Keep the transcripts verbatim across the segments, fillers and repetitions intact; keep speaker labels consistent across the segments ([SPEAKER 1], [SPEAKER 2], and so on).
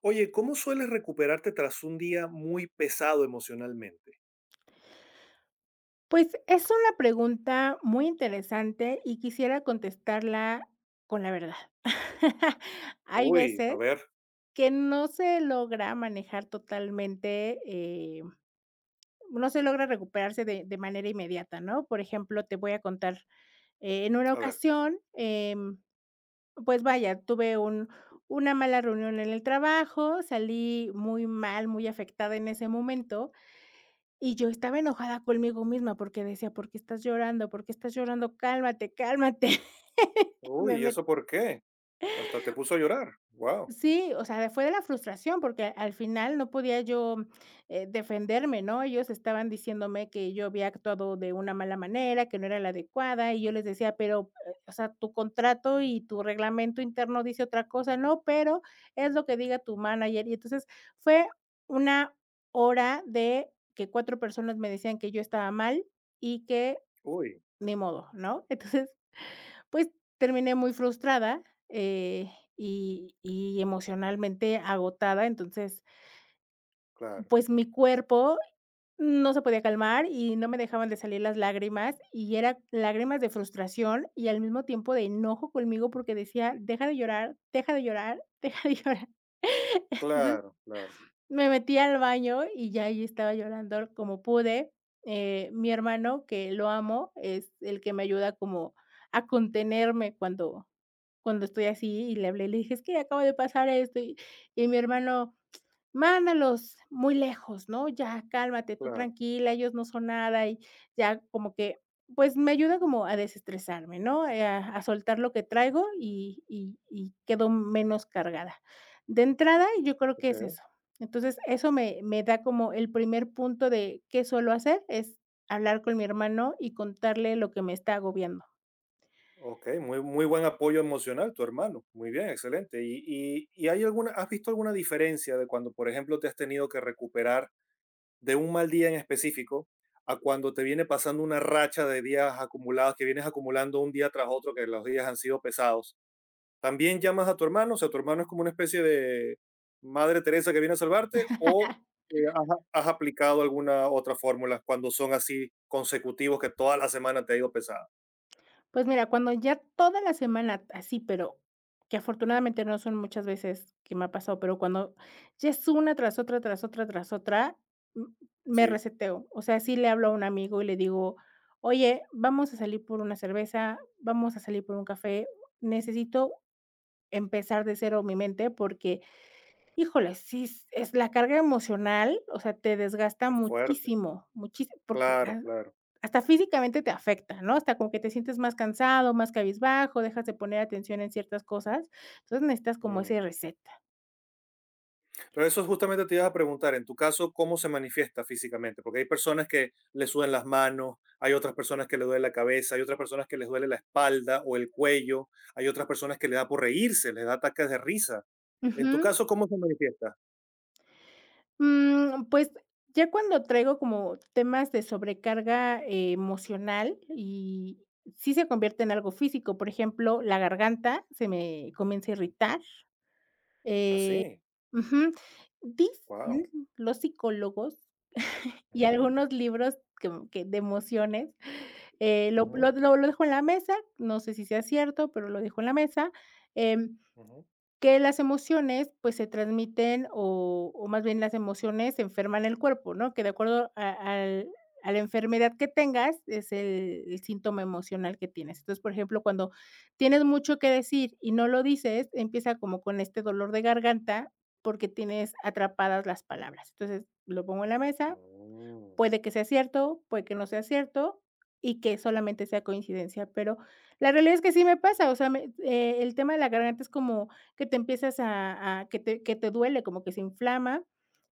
[SPEAKER 1] Oye, ¿cómo sueles recuperarte tras un día muy pesado emocionalmente?
[SPEAKER 2] Pues es una pregunta muy interesante y quisiera contestarla con la verdad. Hay
[SPEAKER 1] Uy, a
[SPEAKER 2] veces
[SPEAKER 1] ver,
[SPEAKER 2] que no se logra manejar totalmente, eh, no se logra recuperarse de de manera inmediata, ¿no? Por ejemplo, te voy a contar, eh, en una
[SPEAKER 1] a ver.
[SPEAKER 2] ocasión, em, pues vaya, tuve un una mala reunión en el trabajo, salí muy mal, muy afectada en ese momento. Y yo estaba enojada conmigo misma porque decía: "¿Por qué estás llorando? ¿Por qué estás llorando? Cálmate, cálmate". Me
[SPEAKER 1] Uy, ¿y eso por qué? Hasta te puso a llorar. Wow.
[SPEAKER 2] Sí, o sea, fue de la frustración, porque al final no podía yo, eh, defenderme, ¿no? Ellos estaban diciéndome que yo había actuado de una mala manera, que no era la adecuada, y yo les decía: "Pero, eh, o sea, tu contrato y tu reglamento interno dice otra cosa". "No, pero es lo que diga tu manager". Y entonces fue una hora de que cuatro personas me decían que yo estaba mal y que
[SPEAKER 1] Uy,
[SPEAKER 2] ni modo, ¿no? Entonces, pues, terminé muy frustrada, eh, y y emocionalmente agotada. Entonces,
[SPEAKER 1] claro,
[SPEAKER 2] pues, mi cuerpo no se podía calmar y no me dejaban de salir las lágrimas, y eran lágrimas de frustración y al mismo tiempo de enojo conmigo, porque decía: "Deja de llorar, deja de llorar, deja de llorar". Entonces,
[SPEAKER 1] claro, claro,
[SPEAKER 2] me metí al baño y ya ahí estaba llorando como pude. Eh, mi hermano, que lo amo, es el que me ayuda como a contenerme cuando cuando estoy así, y le hablé, le dije: "Es que acaba de pasar esto", y y mi hermano: "Mándalos muy lejos, ¿no? Ya, cálmate, tú
[SPEAKER 1] claro.
[SPEAKER 2] tranquila, ellos no son nada", y ya como que, pues, me ayuda como a desestresarme, ¿no? Eh, a a soltar lo que traigo y y y quedo menos cargada. De entrada, yo creo que es
[SPEAKER 1] Ok,
[SPEAKER 2] eso. Entonces, eso me me da como el primer punto de qué suelo hacer, es hablar con mi hermano y contarle lo que me está agobiando.
[SPEAKER 1] ok, muy, muy buen apoyo emocional, tu hermano. Muy bien, excelente. ¿Y, y, y hay alguna, has visto alguna diferencia de cuando, por ejemplo, te has tenido que recuperar de un mal día en específico a cuando te viene pasando una racha de días acumulados, que vienes acumulando un día tras otro, que los días han sido pesados? También llamas a tu hermano, o sea, tu hermano es como una especie de Madre Teresa que viene a salvarte, o eh, has, has aplicado alguna otra fórmula cuando son así consecutivos que toda la semana te ha ido pesada.
[SPEAKER 2] Pues mira, cuando ya toda la semana así, pero que afortunadamente no son muchas veces que me ha pasado, pero cuando ya es una tras otra, tras otra, tras otra, mm, me
[SPEAKER 1] Sí,
[SPEAKER 2] reseteo. O sea, sí le hablo a un amigo y le digo, oye, vamos a salir por una cerveza, vamos a salir por un café, necesito empezar de cero mi mente porque, híjole, sí, es es la carga emocional, o sea, te desgasta
[SPEAKER 1] es fuerte.
[SPEAKER 2] muchísimo, muchísimo, porque
[SPEAKER 1] Claro,
[SPEAKER 2] ah,
[SPEAKER 1] claro.
[SPEAKER 2] hasta físicamente te afecta, ¿no? Hasta como que te sientes más cansado, más cabizbajo, dejas de poner atención en ciertas cosas. Entonces necesitas como
[SPEAKER 1] Mm.
[SPEAKER 2] ese reset.
[SPEAKER 1] Pero eso justamente te ibas a preguntar, en tu caso, ¿cómo se manifiesta físicamente? Porque hay personas que le sudan las manos, hay otras personas que le duele la cabeza, hay otras personas que les duele la espalda o el cuello, hay otras personas que le da por reírse, les da ataques de risa. En tu
[SPEAKER 2] Ujú.
[SPEAKER 1] caso, ¿cómo se manifiesta?
[SPEAKER 2] Mm, pues, ya cuando traigo como temas de sobrecarga eh, emocional y sí se convierte en algo físico, por ejemplo, la garganta se me comienza a irritar.
[SPEAKER 1] Ah, sí,
[SPEAKER 2] Ujú.
[SPEAKER 1] wow.
[SPEAKER 2] Dicen los psicólogos Y algunos libros como que de emociones, eh, lo lo lo lo dejo en la mesa, no sé si sea cierto, pero lo dejo en la mesa, em, que las emociones, pues, se transmiten o o más bien las emociones enferman el cuerpo, ¿no? Que de acuerdo a al a la enfermedad que tengas es el el síntoma emocional que tienes. Entonces, por ejemplo, cuando tienes mucho que decir y no lo dices, empieza como con este dolor de garganta porque tienes atrapadas las palabras. Entonces, lo pongo en la mesa.
[SPEAKER 1] Mm,
[SPEAKER 2] Puede que sea cierto, puede que no sea cierto y que solamente sea coincidencia, pero la realidad es que sí me pasa, o sea, me eh, el tema de la garganta es como que te empiezas a a que te que te duele, como que se inflama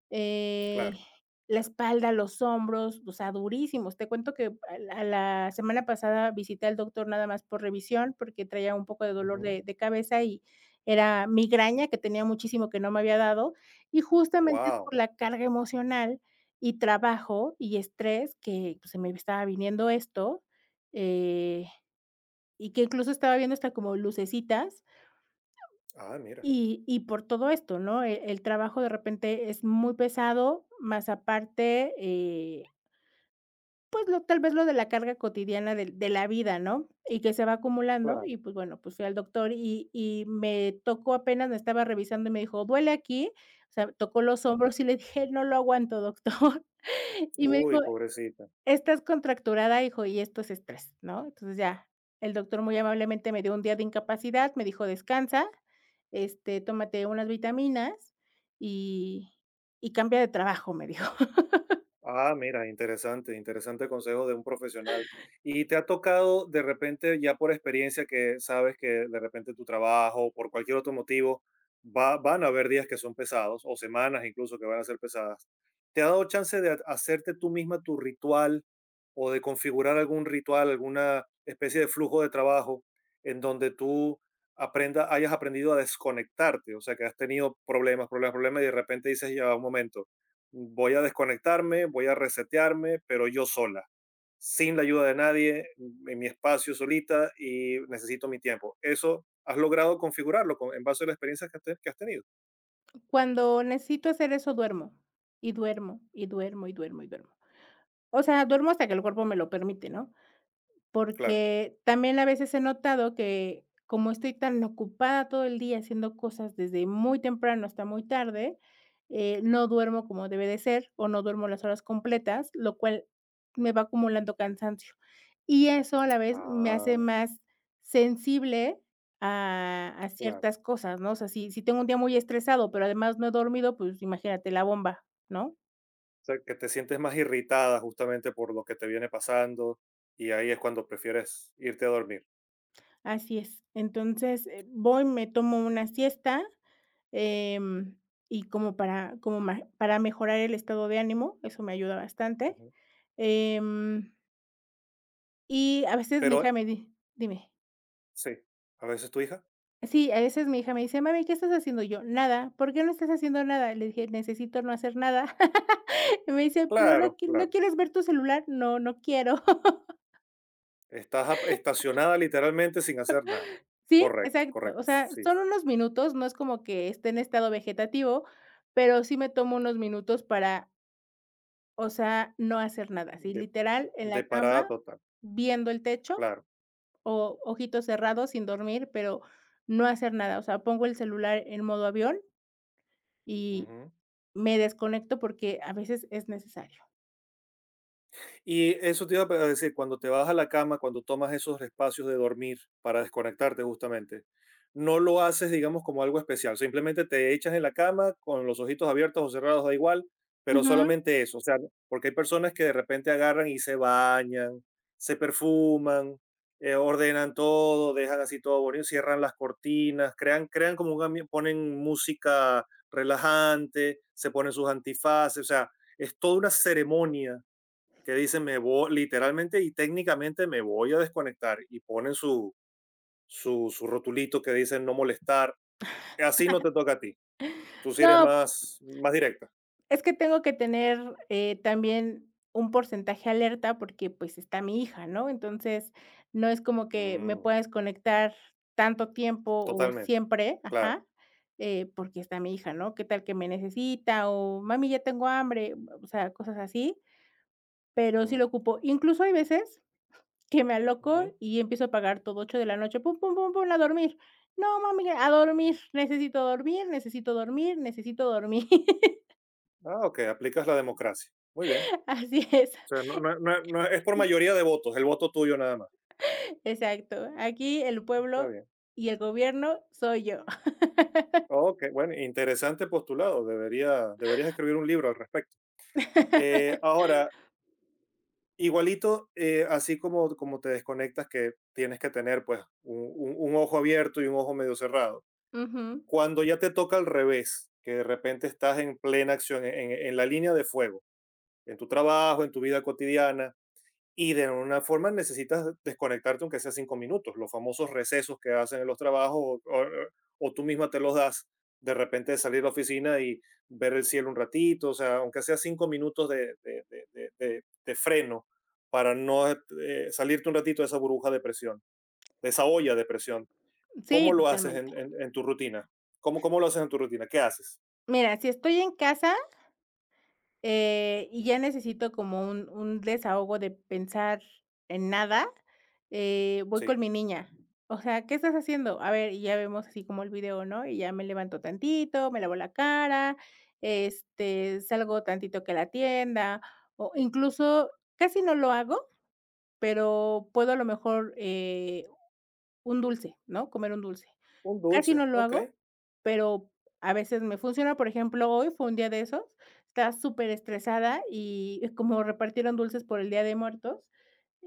[SPEAKER 2] eh,
[SPEAKER 1] claro.
[SPEAKER 2] la espalda, los hombros, o sea, durísimos. Te cuento que a la a la semana pasada visité al doctor nada más por revisión, porque traía un poco de dolor de de cabeza y era migraña que tenía muchísimo que no me había dado, y justamente es
[SPEAKER 1] Wow.
[SPEAKER 2] por la carga emocional y trabajo y estrés que, pues, se me estaba viniendo esto, eh, y que incluso estaba viendo hasta como lucecitas
[SPEAKER 1] Ah, mira,
[SPEAKER 2] y y por todo esto, ¿no? El el trabajo de repente es muy pesado, más aparte, eh, lo tal vez lo de la carga cotidiana del de la vida, ¿no? Y que se va acumulando
[SPEAKER 1] claro.
[SPEAKER 2] y, pues, bueno, pues fui al doctor y y me tocó apenas me estaba revisando y me dijo: "Duele aquí", o sea, tocó los
[SPEAKER 1] Mm.
[SPEAKER 2] hombros y le dije: "No lo aguanto, doctor". Y me
[SPEAKER 1] Uy,
[SPEAKER 2] dijo:
[SPEAKER 1] pobrecita.
[SPEAKER 2] "Estás contracturada, hijo, y esto es estrés, ¿no?" Entonces ya, el doctor muy amablemente me dio un día de incapacidad, me dijo: "Descansa, este, tómate unas vitaminas y y cambia de trabajo", me dijo.
[SPEAKER 1] Ah, mira, interesante, interesante consejo de un profesional. ¿Y te ha tocado de repente, ya por experiencia, que sabes que de repente tu trabajo, o por cualquier otro motivo, va, van a haber días que son pesados o semanas incluso que van a ser pesadas? ¿Te ha dado chance de ha- hacerte tú misma tu ritual o de configurar algún ritual, alguna especie de flujo de trabajo en donde tú aprenda, hayas aprendido a desconectarte? O sea, que has tenido problemas, problemas, problemas y de repente dices, ya, un momento, voy a desconectarme, voy a resetearme, pero yo sola, sin la ayuda de nadie, mm, en mi espacio solita y necesito mi tiempo. Eso has logrado configurarlo con- en base a las experiencias que, te- que has tenido.
[SPEAKER 2] Cuando necesito hacer eso, duermo, y duermo, y duermo, y duermo, y duermo. O sea, duermo hasta que el cuerpo me lo permite, ¿no?
[SPEAKER 1] Claro.
[SPEAKER 2] Porque también a veces he notado que, como estoy tan ocupada todo el día haciendo cosas desde muy temprano hasta muy tarde, eh, no duermo como debe de ser, o no duermo las horas completas, lo cual me va acumulando cansancio. Y eso a la vez me hace
[SPEAKER 1] Ah,
[SPEAKER 2] más sensible a a
[SPEAKER 1] claro.
[SPEAKER 2] ciertas cosas, ¿no? O sea, si si tengo un día muy estresado, pero además no he dormido, pues imagínate la bomba, ¿no?
[SPEAKER 1] O sea, que te sientes más irritada justamente por lo que te viene pasando y ahí es cuando prefieres irte a dormir.
[SPEAKER 2] Así es. Entonces, eh, voy, me tomo una siesta. Em, y como para como ma para mejorar el estado de ánimo, eso me ayuda bastante.
[SPEAKER 1] Ujú.
[SPEAKER 2] Em, y a veces mi
[SPEAKER 1] Pero
[SPEAKER 2] hija me di dime.
[SPEAKER 1] sí, a veces tu hija.
[SPEAKER 2] Sí, a veces mi hija me dice: "Mami, ¿qué estás haciendo?" Y yo: "Nada". "¿Por qué no estás haciendo nada?" Le dije: "Necesito no hacer nada". Y me dice: "Pero no
[SPEAKER 1] Claro,
[SPEAKER 2] qui ¿no
[SPEAKER 1] claro.
[SPEAKER 2] quieres ver tu celular?". "No, no quiero".
[SPEAKER 1] Estás ap- estacionada literalmente sin hacer nada.
[SPEAKER 2] Sí,
[SPEAKER 1] Correcto,
[SPEAKER 2] exacto. O
[SPEAKER 1] correcto.
[SPEAKER 2] sea,
[SPEAKER 1] Sí.
[SPEAKER 2] son unos minutos, no es como que esté en estado vegetativo, pero sí me tomo unos minutos para, o sea, no hacer nada, sí
[SPEAKER 1] Sí.
[SPEAKER 2] literal en la
[SPEAKER 1] De parada
[SPEAKER 2] cama
[SPEAKER 1] total,
[SPEAKER 2] Viendo el techo
[SPEAKER 1] claro.
[SPEAKER 2] o ojitos cerrados sin dormir, pero no hacer nada, o sea, pongo el celular en modo avión y
[SPEAKER 1] Ujú.
[SPEAKER 2] me desconecto porque a veces es necesario.
[SPEAKER 1] Y eso te iba a decir, cuando te vas a la cama, cuando tomas esos espacios de dormir para desconectarte justamente, no lo haces, digamos, como algo especial. Simplemente te echas en la cama con los ojitos abiertos o cerrados, da igual, pero
[SPEAKER 2] Ujú.
[SPEAKER 1] solamente eso. O sea, porque hay personas que de repente agarran y se bañan, se perfuman, eh, ordenan todo, dejan así todo bonito, cierran las cortinas, crean, crean como un ambiente, ponen música relajante, se ponen sus antifaces, o sea, es toda una ceremonia que dicen me voy, literalmente y técnicamente me voy a desconectar y ponen su, su, su rotulito que dicen no molestar, así no te toca a ti, tú sí eres
[SPEAKER 2] No,
[SPEAKER 1] más, más directa.
[SPEAKER 2] es que tengo que tener, eh, también un porcentaje alerta porque, pues, está mi hija, ¿no? Entonces, no es como que me
[SPEAKER 1] Mm,
[SPEAKER 2] pueda desconectar tanto tiempo o
[SPEAKER 1] totalmente,
[SPEAKER 2] siempre,
[SPEAKER 1] claro.
[SPEAKER 2] ajá, eh, porque está mi hija, ¿no? ¿Qué tal que me necesita? O mami, ya tengo hambre, o sea, cosas así. Pero sí lo
[SPEAKER 1] Mm,
[SPEAKER 2] ocupo. Incluso hay veces que me aloco
[SPEAKER 1] ujú.
[SPEAKER 2] y empiezo a pagar todo, ocho de la noche, pum, pum, pum, pum, a dormir. No, mami, a dormir, necesito dormir, necesito dormir, necesito dormir.
[SPEAKER 1] Ah, ok, aplicas la democracia. Muy bien.
[SPEAKER 2] Así es,
[SPEAKER 1] O sea, no, no- no- no- es por mayoría de votos, el voto tuyo nada más.
[SPEAKER 2] exacto. Aquí el
[SPEAKER 1] Está
[SPEAKER 2] pueblo
[SPEAKER 1] bien.
[SPEAKER 2] y el gobierno soy yo.
[SPEAKER 1] Ok, bueno, interesante postulado. Debería, deberías escribir un libro al respecto. Eh, ahora, igualito, eh, así como, como te desconectas, que tienes que tener pues un, un- un ojo abierto y un ojo medio cerrado.
[SPEAKER 2] Ujú.
[SPEAKER 1] Cuando ya te toca al revés, que de repente estás en plena acción, en, en la línea de fuego, en tu trabajo, en tu vida cotidiana, y de alguna forma necesitas desconectarte aunque sea cinco minutos, los famosos recesos que hacen en los trabajos o, o- o tú misma te los das de repente de salir a la oficina y ver el cielo un ratito, o sea, aunque sea cinco minutos de, de- de- de- de- de freno para no eh, eh, salirte un ratito de esa burbuja de presión, de esa olla de presión. ¿Cómo
[SPEAKER 2] Sí,
[SPEAKER 1] lo haces
[SPEAKER 2] totalmente.
[SPEAKER 1] en, en- en tu rutina? ¿Cómo, ¿Cómo lo haces en tu rutina? ¿Qué haces?
[SPEAKER 2] Mira, si estoy en casa, Eh, y ya necesito como un un desahogo de pensar en nada, eh, voy con
[SPEAKER 1] Sí,
[SPEAKER 2] mi niña. O sea, ¿qué estás haciendo? A ver, y ya vemos así como el video, ¿no? Y ya me levanto tantito, me lavo la cara, este, salgo tantito que a la tienda, o incluso casi no lo hago, pero puedo a lo mejor, eh, un dulce, ¿no? Comer un dulce.
[SPEAKER 1] un
[SPEAKER 2] Casi
[SPEAKER 1] dulce,
[SPEAKER 2] no lo
[SPEAKER 1] ok.
[SPEAKER 2] hago, pero a veces me funciona. Por ejemplo, hoy fue un día de esos, estaba súper estresada y como repartieron dulces por el Día de Muertos,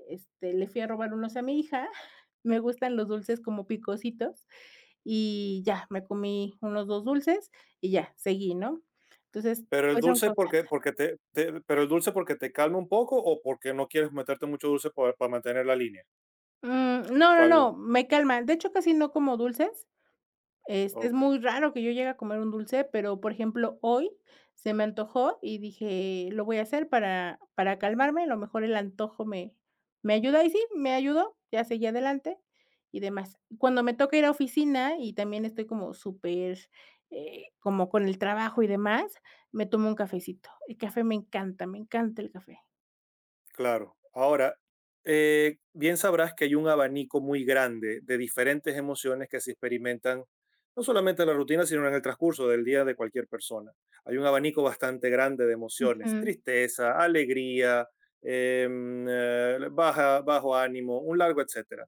[SPEAKER 2] este, le fui a robar unos a mi hija. Me gustan los dulces como picositos y ya, me comí unos dos dulces y ya, seguí, ¿no? Entonces,
[SPEAKER 1] Pero el
[SPEAKER 2] pues son
[SPEAKER 1] dulce,
[SPEAKER 2] cosas.
[SPEAKER 1] porque Porque te te pero el dulce, ¿porque te calma un poco o porque no quieres meterte mucho dulce para para mantener la línea?
[SPEAKER 2] Mm, no, no,
[SPEAKER 1] ¿Cuál?
[SPEAKER 2] no, me calman. De hecho, casi no como dulces. Este, es
[SPEAKER 1] Okey,
[SPEAKER 2] muy raro que yo llegue a comer un dulce, pero, por ejemplo, hoy se me antojó y dije: "Lo voy a hacer para para calmarme, a lo mejor el antojo me me ayuda", y sí, me ayudó, ya seguí adelante y demás. Cuando me toca ir a oficina y también estoy como súper, eh, como con el trabajo y demás, me tomo un cafecito. El café me encanta, me encanta el café.
[SPEAKER 1] claro. Ahora, eh, bien sabrás que hay un abanico muy grande de diferentes emociones que se experimentan, no solamente en la rutina, sino en el transcurso del día de cualquier persona. Hay un abanico bastante grande de emociones,
[SPEAKER 2] Ujú.
[SPEAKER 1] tristeza, alegría, em, eh, baja bajo ánimo, un largo etcétera.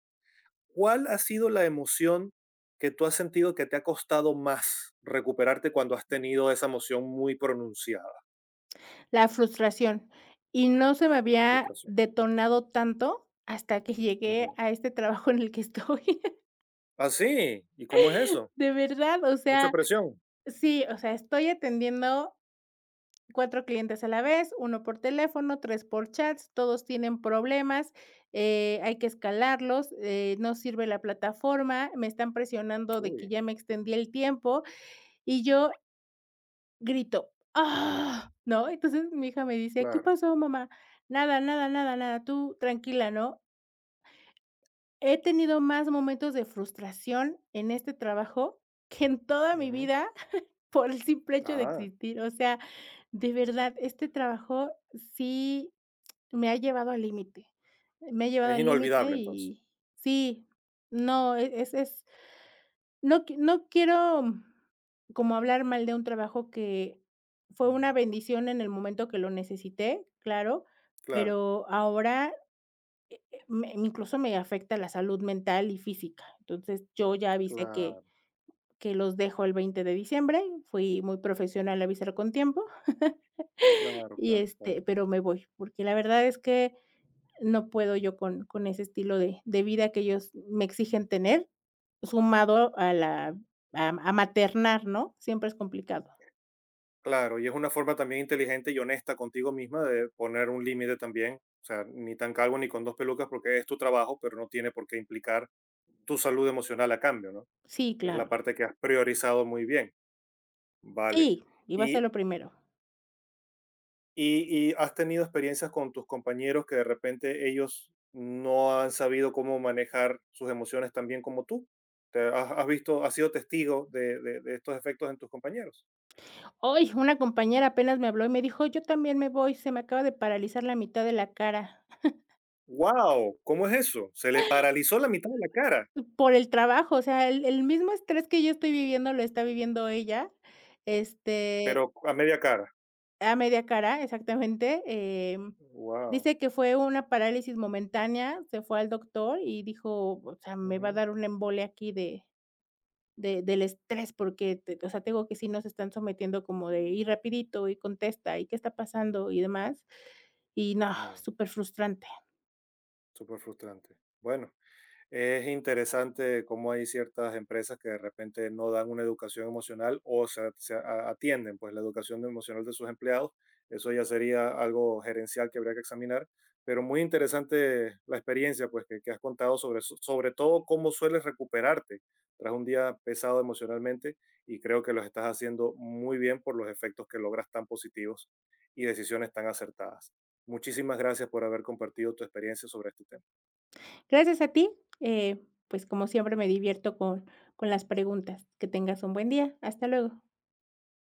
[SPEAKER 1] ¿Cuál ha sido la emoción que tú has sentido que te ha costado más recuperarte cuando has tenido esa emoción muy pronunciada,
[SPEAKER 2] La frustración. Y no se me
[SPEAKER 1] la
[SPEAKER 2] había
[SPEAKER 1] frustración?
[SPEAKER 2] detonado tanto hasta que llegué
[SPEAKER 1] Ujú.
[SPEAKER 2] a este trabajo en el que estoy.
[SPEAKER 1] ¿Ah, sí? ¿Y cómo es eso?
[SPEAKER 2] De verdad, o
[SPEAKER 1] ¿Mucha
[SPEAKER 2] sea,
[SPEAKER 1] presión?
[SPEAKER 2] sí, o sea, estoy atendiendo cuatro clientes a la vez, uno por teléfono, tres por chats, todos tienen problemas, eh, hay que escalarlos, eh, no sirve la plataforma, me están presionando de que
[SPEAKER 1] Uy,
[SPEAKER 2] ya me extendí el tiempo, y yo Grito, ¡ah!, ¿no? Entonces, mi hija me dice: "¿Qué
[SPEAKER 1] claro.
[SPEAKER 2] pasó, mamá?". "Nada, nada, nada, nada, tú tranquila", ¿no? He tenido más momentos de frustración en este trabajo que en toda mi
[SPEAKER 1] Ujú.
[SPEAKER 2] vida por el simple hecho de
[SPEAKER 1] Ah,
[SPEAKER 2] existir. O sea, de verdad, este trabajo sí me ha llevado al límite. Me ha llevado
[SPEAKER 1] es
[SPEAKER 2] al límite
[SPEAKER 1] inolvidable entonces.
[SPEAKER 2] y sí, no, e es es no qui no quiero como hablar mal de un trabajo que fue
[SPEAKER 1] Mm,
[SPEAKER 2] una bendición en el momento que lo necesité, claro,
[SPEAKER 1] claro,
[SPEAKER 2] pero ahora me incluso me afecta la salud mental y física. Entonces, yo ya avisé que
[SPEAKER 1] claro,
[SPEAKER 2] que los dejo el veinte de diciembre, fui muy profesional a avisar con tiempo
[SPEAKER 1] claro,
[SPEAKER 2] y,
[SPEAKER 1] claro, claro.
[SPEAKER 2] este, pero me voy, porque la verdad es que no puedo yo con con ese estilo de de vida que ellos me exigen tener. Sumado a la a a maternar, ¿no? Siempre es complicado.
[SPEAKER 1] Claro, y es una forma también inteligente y honesta contigo misma de poner un límite también. O sea, ni tan calvo ni con dos pelucas porque es tu trabajo, pero no tiene por qué implicar tu salud emocional a cambio, ¿no?
[SPEAKER 2] Sí,
[SPEAKER 1] Es la
[SPEAKER 2] claro.
[SPEAKER 1] parte que has priorizado muy bien, vale.
[SPEAKER 2] Sí, iba a ser
[SPEAKER 1] ¿Y,
[SPEAKER 2] lo primero.
[SPEAKER 1] y, y has tenido experiencias con tus compañeros que de repente ellos no han sabido cómo manejar sus emociones tan bien como tú? ¿Te has, has, visto, has sido testigo de, de- de estos efectos en tus compañeros?
[SPEAKER 2] Hoy una compañera apenas me habló y me dijo: "Yo también me voy, se me acaba de paralizar la mitad de la cara".
[SPEAKER 1] ¡Wow! ¿Cómo es eso? Se le paralizó la mitad de la cara,
[SPEAKER 2] Por el trabajo, o sea, el el mismo estrés que yo estoy viviendo, lo está viviendo ella, este,
[SPEAKER 1] pero a media cara.
[SPEAKER 2] a media cara, exactamente, em,
[SPEAKER 1] ¡Wow!
[SPEAKER 2] dice que fue una parálisis momentánea, se fue al doctor y dijo: "O sea, me va a dar una embolia aquí de de del estrés, porque, te o sea, te digo que sí nos están sometiendo como de: ir rapidito, y contesta, y qué está pasando", y demás. Y no,
[SPEAKER 1] Mm,
[SPEAKER 2] súper frustrante.
[SPEAKER 1] súper frustrante. Bueno. Es interesante cómo hay ciertas empresas que de repente no dan una educación emocional o se, se a- atienden pues la educación emocional de sus empleados. Eso ya sería algo gerencial que habría que examinar. Pero muy interesante la experiencia pues que, que has contado sobre eso, sobre todo cómo sueles recuperarte tras un día pesado emocionalmente y creo que lo estás haciendo muy bien por los efectos que logras tan positivos y decisiones tan acertadas. Muchísimas gracias por haber compartido tu experiencia sobre este tema.
[SPEAKER 2] Gracias a ti, eh, pues, como siempre me divierto con con las preguntas. Que tengas un buen día. Hasta luego.